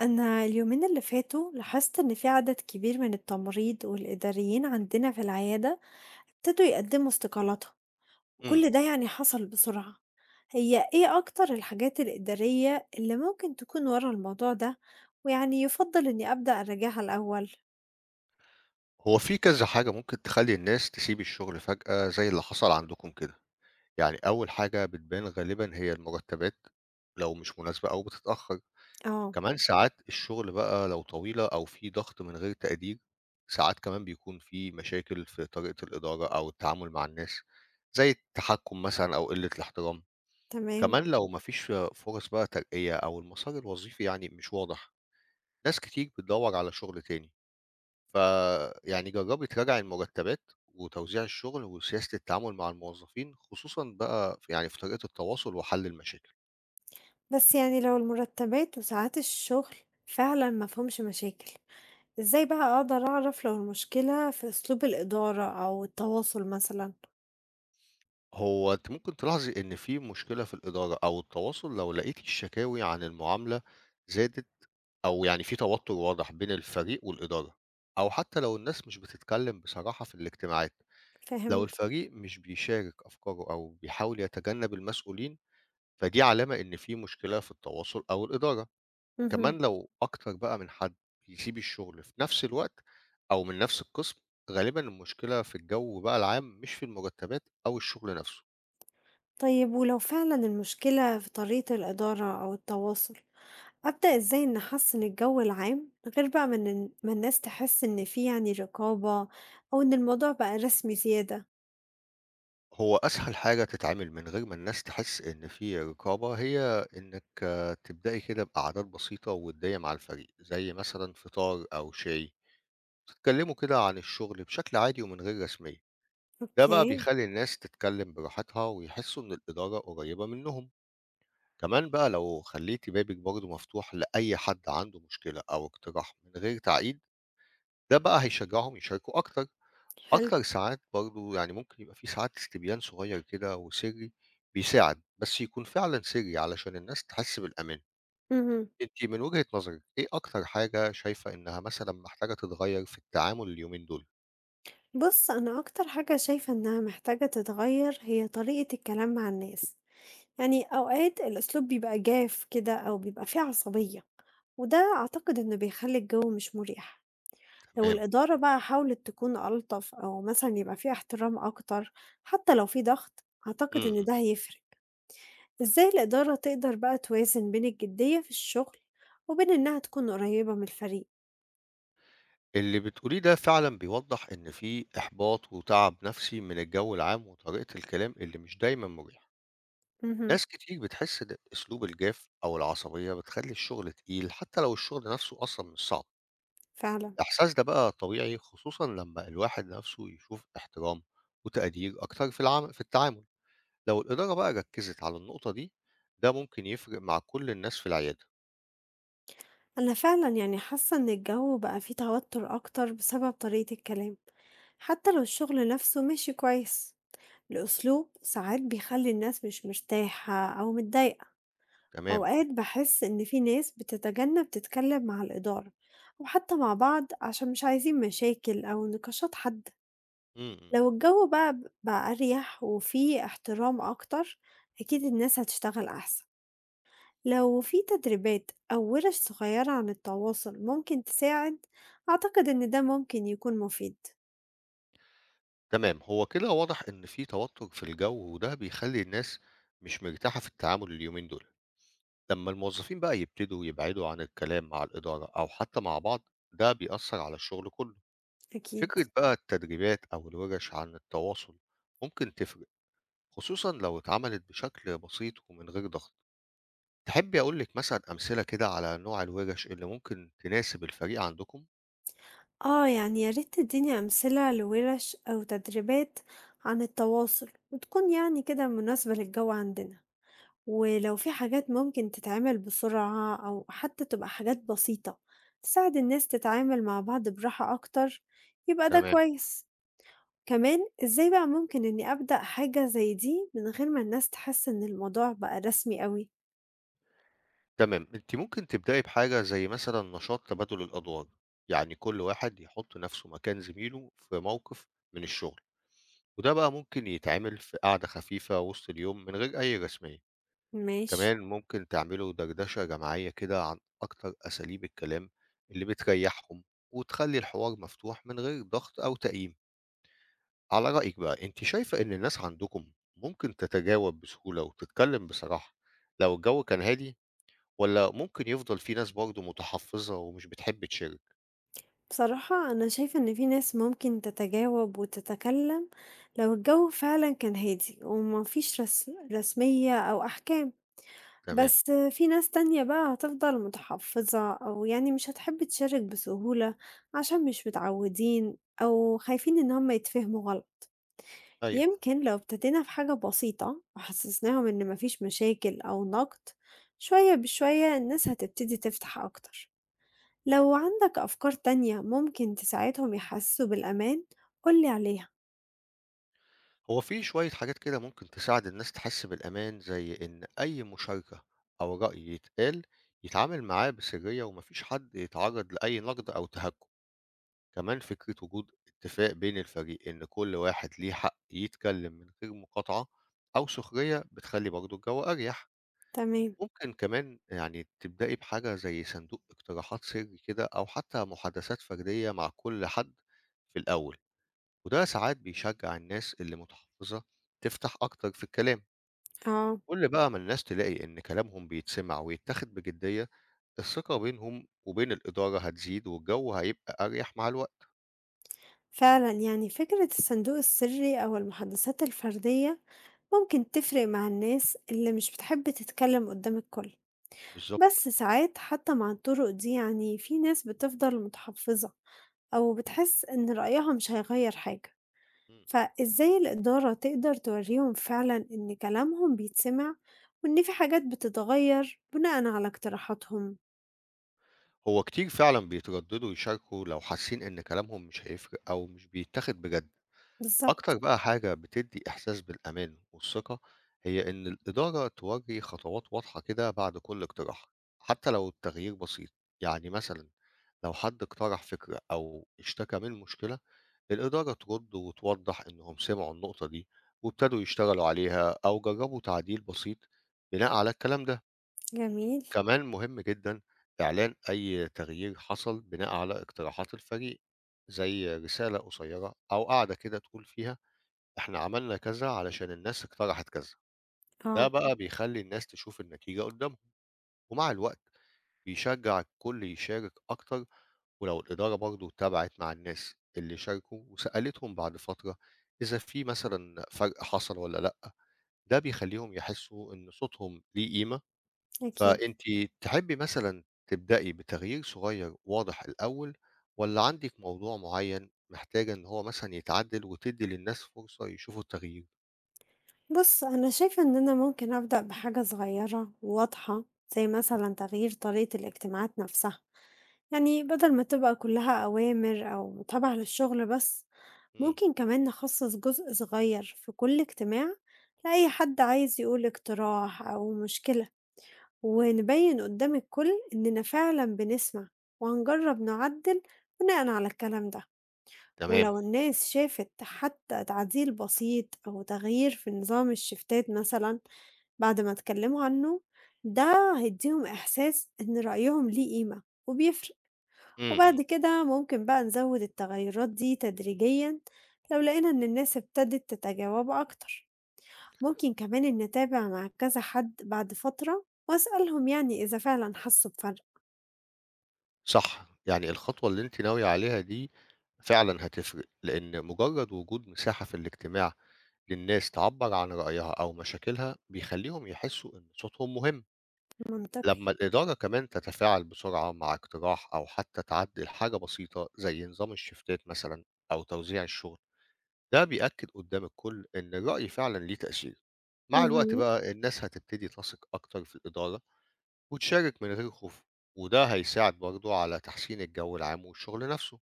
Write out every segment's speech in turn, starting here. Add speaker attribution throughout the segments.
Speaker 1: أنا اليومين اللي فاتوا لاحظت إن في عدد كبير من التمريض والإداريين عندنا في العيادة ابتدوا يقدموا استقالاتهم،
Speaker 2: إمم.
Speaker 1: وكل ده يعني حصل بسرعة. هي إيه أكتر الحاجات الإدارية اللي ممكن تكون ورا الموضوع ده، ويعني يفضل إني أبدأ أراجعها الأول؟
Speaker 2: هو في كذا حاجة ممكن تخلّي الناس تسيب الشغل فجأة زي اللي حصل عندكم كده. يعني أول حاجة بتبان غالبًا هي المرتبات لو مش مناسبة أو بتتأخّر.
Speaker 1: آه.
Speaker 2: كمان ساعات الشغل بقى لو طويلة أو في ضغط من غير تقدير، ساعات كمان بيكون في مشاكل في طريقة الإدارة أو التعامل مع الناس، زي التحكُّم مثلًا أو قِلّة الاحترام.
Speaker 1: تمام.
Speaker 2: كمان لو ما فيش فرص بقى ترقية أو المسار الوظيفي يعني مش واضح، ناس كتير بتدوّر على شغل تاني. فيعني جرّبي تراجعي المرتبات وتوزيع الشغل وسياسة التعامل مع الموظفين، خصوصًا بقى يعني في طريقة التواصل وحل المشاكل.
Speaker 1: بس يعني لو المرتبات وساعات الشغل فعلا مفهومش مشاكل، إزاي بقى أقدر أعرف لو المشكلة في أسلوب الإدارة أو التواصل مثلا؟
Speaker 2: هو أنتِ ممكن تلاحظي إن في مشكلة في الإدارة أو التواصل لو لقيتِ الشكاوي عن المعاملة زادت أو يعني في توتر واضح بين الفريق والإدارة، أو حتى لو الناس مش بتتكلم بصراحة في الاجتماعات. لو
Speaker 1: فهمت.
Speaker 2: الفريق مش بيشارك أفكاره أو بيحاول يتجنب المسؤولين، فدي علامة إن في مشكلة في التواصل أو الإدارة. كمان
Speaker 1: مهم.
Speaker 2: لو أكتر بقى من حد يسيب الشغل في نفس الوقت أو من نفس القسم غالبا المشكلة في الجو بقى العام مش في المرتبات أو الشغل نفسه.
Speaker 1: طيب، ولو فعلا المشكلة في طريقة الإدارة أو التواصل، أبدأ إزاي إن أحسن الجو العام غير بقى من ما ما الناس تحس إن في يعني رقابة، أو إن الموضوع بقى رسمي زيادة؟
Speaker 2: هو أسهل حاجة تتعامل من غير ما الناس تحس إن في رقابة هي إنك تبدأي كده بأعداد بسيطة ودية مع الفريق زي مثلا فطار أو شاي تتكلموا كده عن الشغل بشكل عادي ومن غير رسمية. ده بقى
Speaker 1: أوكي.
Speaker 2: بيخلي الناس تتكلم براحتها ويحسوا إن الإدارة قريبة منهم. كمان بقى لو خليتي بابك برضه مفتوح لأي حد عنده مشكلة أو اقتراح من غير تعقيد ده بقى هيشجعهم يشاركوا أكتر.
Speaker 1: حلو.
Speaker 2: أكتر ساعات برضه يعني ممكن يبقى في ساعات استبيان صغير كده وسري بيساعد بس يكون فعلا سري علشان الناس تحس بالأمان.
Speaker 1: مهم.
Speaker 2: انت من وجهة نظرك ايه أكتر حاجة شايفة إنها مثلا محتاجة تتغير في التعامل اليومين دول؟
Speaker 1: بص، أنا أكتر حاجة شايفة إنها محتاجة تتغير هي طريقة الكلام مع الناس. يعني أوقات الأسلوب بيبقى جاف كده أو بيبقى فيه عصبية، وده أعتقد إنه بيخلي الجو مش مريح. لو
Speaker 2: تمام.
Speaker 1: الإدارة بقى حاولت تكون ألطف أو مثلا يبقى فيه احترام أكتر، حتى لو في ضغط، أعتقد
Speaker 2: م-
Speaker 1: إن
Speaker 2: م.
Speaker 1: ده هيفرق. إزاي الإدارة تقدر بقى توازن بين الجدية في الشغل وبين إنها تكون قريبة من الفريق؟
Speaker 2: اللي بتقوليه ده فعلا بيوضح إن في إحباط وتعب نفسي من الجو العام وطريقة الكلام اللي مش دايما مريحة.
Speaker 1: مهم.
Speaker 2: ناس كتير بتحس إن أسلوب الجاف أو العصبية بتخلّي الشغل تقيل حتى لو الشغل نفسه أصلًا مش صعب،
Speaker 1: فعلا.
Speaker 2: الإحساس ده بقى طبيعي خصوصًا لمّا الواحد نفسه يشوف احترام وتقدير أكتر في في التعامل، لو الإدارة بقى ركّزت على النقطة دي، ده ممكن يفرق مع كل الناس في العيادة.
Speaker 1: أنا فعلا يعني حاسة إن الجو بقى فيه توتر أكتر بسبب طريقة الكلام، حتى لو الشغل نفسه ماشي كويس. الأسلوب ساعات بيخلي الناس مش مرتاحة أو متضايقة.
Speaker 2: تمام،
Speaker 1: أوقات بحس إن في ناس بتتجنب تتكلم مع الإدارة أو حتى مع بعض عشان مش عايزين مشاكل أو نقاشات حادة.
Speaker 2: إمم، إمم،
Speaker 1: لو الجو بقى بقى أريح وفي احترام أكتر، أكيد الناس هتشتغل أحسن. لو في تدريبات أو ورش صغيرة عن التواصل ممكن تساعد، أعتقد إن ده ممكن يكون مفيد.
Speaker 2: تمام، هو كده واضح إن في توتر في الجو وده بيخلّي الناس مش مرتاحة في التعامل اليومين دول. لمّا الموظفين بقى يبتدوا يبعدوا عن الكلام مع الإدارة أو حتى مع بعض، ده بيأثر على الشغل كله.
Speaker 1: أكيد.
Speaker 2: فكرة بقى التدريبات أو الورش عن التواصل ممكن تفرق، خصوصًا لو اتعملت بشكل بسيط ومن غير ضغط. تحبي أقول لِك مثلًا أمثلة كده على نوع الورش اللي ممكن تناسب الفريق عندكم؟
Speaker 1: آه، يعني يا ريت تديني أمثلة لورش أو تدريبات عن التواصل، وتكون يعني كده مناسبة للجو عندنا. ولو في حاجات ممكن تتعمل بسرعة أو حتى تبقى حاجات بسيطة تساعد الناس تتعامل مع بعض براحة أكتر، يبقى ده
Speaker 2: تمام،
Speaker 1: كويس. كمان إزاي بقى ممكن إني أبدأ حاجة زي دي من غير ما الناس تحس إن الموضوع بقى رسمي قوي؟
Speaker 2: تمام. أنتِ ممكن تبدئي بحاجة زي مثلًا نشاط تبادل الأدوار، يعني كل واحد يحط نفسه مكان زميله في موقف من الشغل. وده بقى ممكن يتعمل في قعدة خفيفة وسط اليوم من غير أي رسمية،
Speaker 1: ماشي.
Speaker 2: كمان ممكن تعملوا دردشة جماعية كده عن أكتر أساليب الكلام اللي بتريحهم وتخلي الحوار مفتوح من غير ضغط أو تقييم، على رأيك بقى أنت شايفة إن الناس عندكم ممكن تتجاوب بسهولة وتتكلم بصراحة لو الجو كان هادي ولا ممكن يفضل في ناس برضه متحفظة ومش بتحب تشارك؟
Speaker 1: بصراحة أنا شايفة إن في ناس ممكن تتجاوب وتتكلم لو الجو فعلا كان هادي ومفيش رسمية أو أحكام.
Speaker 2: تمام،
Speaker 1: بس في ناس تانية بقى هتفضل متحفظة أو يعني مش هتحب تشارك بسهولة عشان مش متعودين أو خايفين إن هم يتفهموا غلط.
Speaker 2: أيوه.
Speaker 1: يمكن لو ابتدينا في حاجة بسيطة وحسسناهم إن مفيش مشاكل أو نقد، شوية بشوية الناس هتبتدي تفتح أكتر. لو عندك أفكار تانية ممكن تساعدهم يحسوا بالأمان، قولي عليها.
Speaker 2: هو في شوية حاجات كده ممكن تساعد الناس تحس بالأمان زي إن أي مشاركة أو رأي يتقال يتعامل معاه بسرية ومفيش حد يتعرض لأي نقد أو تهكم. كمان فكرة وجود اتفاق بين الفريق إن كل واحد ليه حق يتكلم من غير مقاطعة أو سخرية بتخلي برضه الجو أريح.
Speaker 1: تمام.
Speaker 2: ممكن كمان يعني تبدأي بحاجة زي صندوق اقتراحات سري كده أو حتى محادثات فردية مع كل حد في الأول وده ساعات بيشجع الناس اللي متحفظة تفتح أكتر في الكلام.
Speaker 1: اه.
Speaker 2: كل بقى ما الناس تلاقي إن كلامهم بيتسمع ويتاخد بجدية الثقة بينهم وبين الإدارة هتزيد والجو هيبقى أريح مع الوقت.
Speaker 1: فعلا يعني فكرة الصندوق السري أو المحادثات الفردية ممكن تفرق مع الناس اللي مش بتحب تتكلم قدام الكل.
Speaker 2: بالظبط.
Speaker 1: بس ساعات حتى مع الطرق دي يعني في ناس بتفضل متحفظة أو بتحس إن رأيها مش هيغير حاجة.
Speaker 2: م-م.
Speaker 1: فإزاي الإدارة تقدر توريهم فعلا إن كلامهم بيتسمع وإن في حاجات بتتغير بناء على اقتراحاتهم؟
Speaker 2: هو كتير فعلا بيترددوا يشاركوا لو حاسين إن كلامهم مش هيفرق أو مش بيتاخد بجد.
Speaker 1: بالظبط.
Speaker 2: أكتر بقى حاجة بتدّي إحساس بالأمان والثقة، هي إن الإدارة تورّي خطوات واضحة كده بعد كل اقتراح، حتى لو التغيير بسيط. يعني مثلًا لو حد اقترح فكرة أو اشتكى من مشكلة، الإدارة ترد وتوضح إنهم سمعوا النقطة دي وابتدوا يشتغلوا عليها أو جربوا تعديل بسيط بناء على الكلام ده.
Speaker 1: جميل.
Speaker 2: كمان مهم جدًا إعلان أي تغيير حصل بناء على اقتراحات الفريق، زي رسالة قصيرة أو قعدة كده تقول فيها إحنا عملنا كذا علشان الناس اقترحت كذا، ده
Speaker 1: اه.
Speaker 2: بقى بيخلّي الناس تشوف النتيجة قدّامهم، ومع الوقت بيشجّع الكل يشارك أكتر، ولو الإدارة برضه تابعت مع الناس اللي شاركوا وسألتهم بعد فترة إذا في مثلًا فرق حصل والّا لأ، ده بيخلّيهم يحسّوا إن صوتهم ليه قيمة، إمم.
Speaker 1: أكيد.
Speaker 2: فأنتِ تحبّي مثلًا تبدئي بتغيير صغير واضح الأول، والّا عندِك موضوع معيّن محتاجة إن هو مثلًا يتعدّل وتدّي للناس فرصة يشوفوا التغيير؟
Speaker 1: بص، أنا شايفة إن أنا ممكن أبدأ بحاجة صغيرة وواضحة، زي مثلا تغيير طريقة الاجتماعات نفسها. يعني بدل ما تبقى كلها أوامر أو متابعة للشغل بس،
Speaker 2: إمم،
Speaker 1: ممكن كمان نخصص جزء صغير في كل اجتماع لأي حد عايز يقول اقتراح أو مشكلة، ونبين قدام الكل إننا فعلا بنسمع وهنجرب نعدل بناء على الكلام ده.
Speaker 2: تمام.
Speaker 1: ولو الناس شافت حتى تعديل بسيط أو تغيير في نظام الشفتات مثلا بعد ما اتكلموا عنه، ده هيديهم إحساس إن رأيهم ليه قيمة وبيفرق.
Speaker 2: إمم، إمم،
Speaker 1: وبعد كده ممكن بقى نزود التغيرات دي تدريجيا لو لقينا إن الناس ابتدت تتجاوب أكتر. ممكن كمان إن نتابع مع كذا حد بعد فترة وأسألهم يعني إذا فعلا حسوا بفرق.
Speaker 2: صح، يعني الخطوة اللي أنتِ ناوية عليها دي فعلًا هتفرق، لإن مجرد وجود مساحة في الاجتماع للناس تعبّر عن رأيها أو مشاكلها، بيخلّيهم يحسّوا إن صوتهم مهم.
Speaker 1: منطقي.
Speaker 2: لمّا الإدارة كمان تتفاعل بسرعة مع اقتراح أو حتى تعدّل حاجة بسيطة زي نظام الشيفتات مثلًا أو توزيع الشغل، ده بيأكد قدّام الكل إن الرأي فعلًا ليه تأثير. مع الوقت
Speaker 1: مهم.
Speaker 2: بقى الناس هتبتدي تثق أكتر في الإدارة وتشارك من غير خوف وده هيساعد برضه على تحسين الجو العام والشغل نفسه.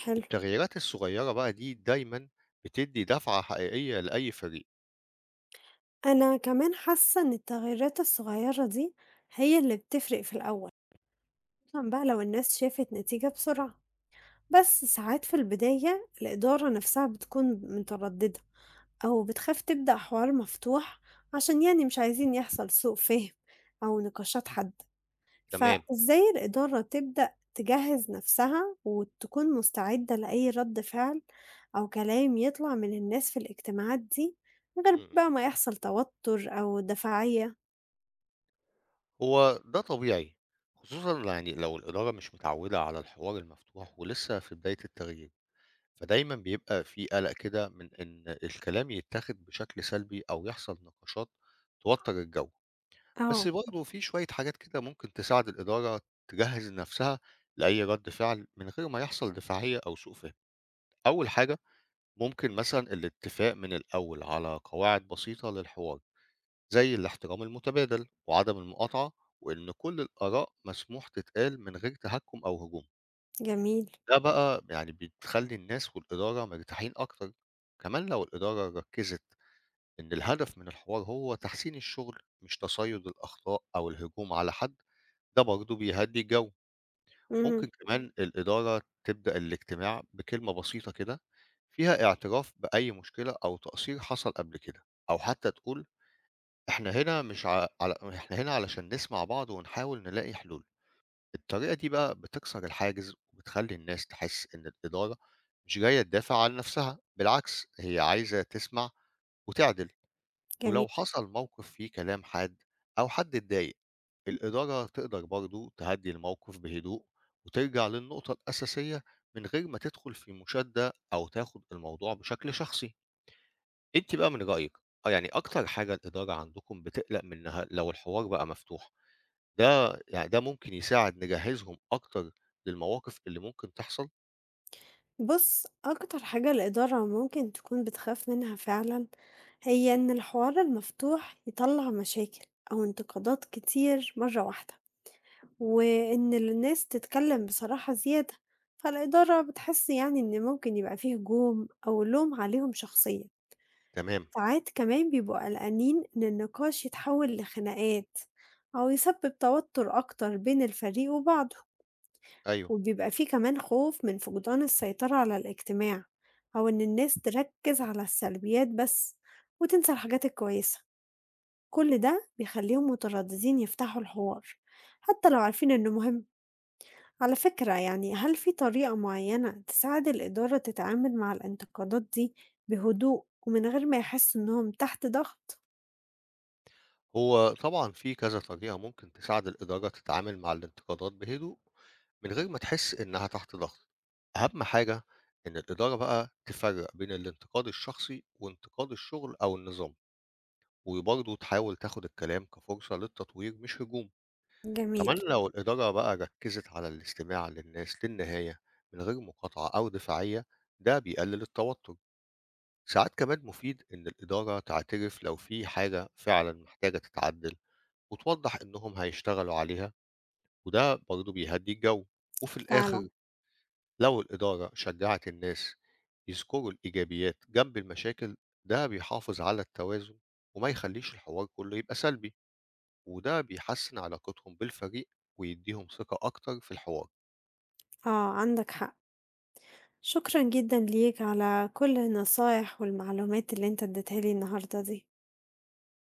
Speaker 1: حلو.
Speaker 2: التغييرات الصغيرة بقى دي دايما بتدي دفعة حقيقية لأي فريق.
Speaker 1: أنا كمان حاسة إن التغيرات الصغيرة دي هي اللي بتفرق في الأول، خصوصا بقى لو الناس شافت نتيجة بسرعة. بس ساعات في البداية الإدارة نفسها بتكون مترددة أو بتخاف تبدأ حوار مفتوح، عشان يعني مش عايزين يحصل سوء فهم أو نقاشات حادة.
Speaker 2: تمام.
Speaker 1: فإزاي الإدارة تبدأ تجهز نفسها وتكون مستعدة لأي رد فعل أو كلام يطلع من الناس في الاجتماعات دي من غير
Speaker 2: مم.
Speaker 1: بقى ما يحصل توتر أو دفاعية؟
Speaker 2: هو ده طبيعي خصوصا يعني لو الإدارة مش متعودة على الحوار المفتوح ولسه في بداية التغيير فدايما بيبقى في قلق كده من إن الكلام يتاخد بشكل سلبي أو يحصل نقاشات توتر الجو. بس
Speaker 1: اه.
Speaker 2: برضه في شوية حاجات كده ممكن تساعد الإدارة تجهّز نَفْسها لأي رَد فعل من غير ما يحصل دفاعية أو سوء فِهم. أول حاجة ممكن مثلًا الاتفاق من الأول على قواعد بسيطة للحوار، زي الاحترام المتبادل وعدم المقاطعة وإن كل الآراء مسموح تتقال من غير تهكُّم أو هجوم.
Speaker 1: جميل.
Speaker 2: ده بقى يعني بتخلّي الناس والإدارة مرتاحين أكتر. كمان لو الإدارة ركّزت إن الهدف من الحوار هو تحسين الشغل مش تصيُّد الأخطاء أو الهجوم على حد ده برضه بيهدّي الجو، ممكن
Speaker 1: مهم.
Speaker 2: كمان الإدارة تبدأ الاجتماع بكلمة بسيطة كده فيها اعتراف بأي مشكلة أو تقصير حصل قبل كده، أو حتى تقول إحنا هنا مش ع على إحنا هنا علشان نسمع بعض ونحاول نلاقي حلول، الطريقة دي بقى بتكسر الحاجز وبتخلّي الناس تحس إن الإدارة مش جاية تدافع عن نفسها، بالعكس هي عايزة تسمع وتعدل.
Speaker 1: جميل.
Speaker 2: ولو حصل موقف فيه كلام حاد أو حد اتضايق الإدارة تقدر برضو تهدي الموقف بهدوء وترجع للنقطة الأساسية من غير ما تدخل في مشادة أو تاخد الموضوع بشكل شخصي. أنت بقى من رأيك يعني أكتر حاجة الإدارة عندكم بتقلق منها لو الحوار بقى مفتوح ده يعني ده ممكن يساعد نجهزهم أكتر للمواقف اللي ممكن تحصل.
Speaker 1: بُص، أكتر حاجة الإدارة ممكن تكون بتخاف منها فعلًا، هي إن الحوار المفتوح يطلّع مشاكل أو انتقادات كتير مرّة واحدة، وإن الناس تتكلم بصراحة زيادة، فالإدارة بتحس يعني إن ممكن يبقى في هجوم أو لوم عليهم شخصيًا.
Speaker 2: تمام.
Speaker 1: ساعات كمان بيبقوا قلقانين إن النقاش يتحول لخناقات أو يسبب توتر أكتر بين الفريق وبعضه.
Speaker 2: أيوه.
Speaker 1: وبيبقى فيه كمان خوف من فقدان السيطرة على الاجتماع أو إن الناس تركز على السلبيات بس وتنسى الحاجات الكويسة. كل ده بيخليهم مترددين يفتحوا الحوار حتى لو عارفين إنه مهم. على فكرة، يعني هل في طريقة معينة تساعد الإدارة تتعامل مع الانتقادات دي بهدوء ومن غير ما يحسوا إنهم تحت ضغط؟
Speaker 2: هو طبعًا في كذا طريقة ممكن تساعد الإدارة تتعامل مع الانتقادات بهدوء، من غير ما تحس إنها تحت ضغط. أهم حاجة إن الإدارة بقى تفرّق بين الانتقاد الشخصي وانتقاد الشغل أو النظام، وبرضه تحاول تاخد الكلام كفرصة للتطوير مش هجوم.
Speaker 1: جميل.
Speaker 2: كمان لو الإدارة بقى ركّزت على الاستماع للناس للنهاية من غير مقاطعة أو دفاعية، ده بيقلل التوتر. ساعات كمان مفيد إن الإدارة تعترف لو في حاجة فعلًا محتاجة تتعدل وتوضّح إنهم هيشتغلوا عليها، وده برضه بيهدّي الجَو. وفي
Speaker 1: فعلا.
Speaker 2: الآخر لو الإدارة شجّعت الناس يذكروا الإيجابيات جنب المشاكل، ده بيحافظ على التوازن وما يخلّيش الحوار كُلّه يبقى سلبي، وده بيحسّن علاقتهم بالفريق ويدّيهم ثقة أكتر في الحوار.
Speaker 1: آه، عندك حق. شكرا جدا ليك على كل النصايح والمعلومات اللي انت اديتها لي النهاردة دي.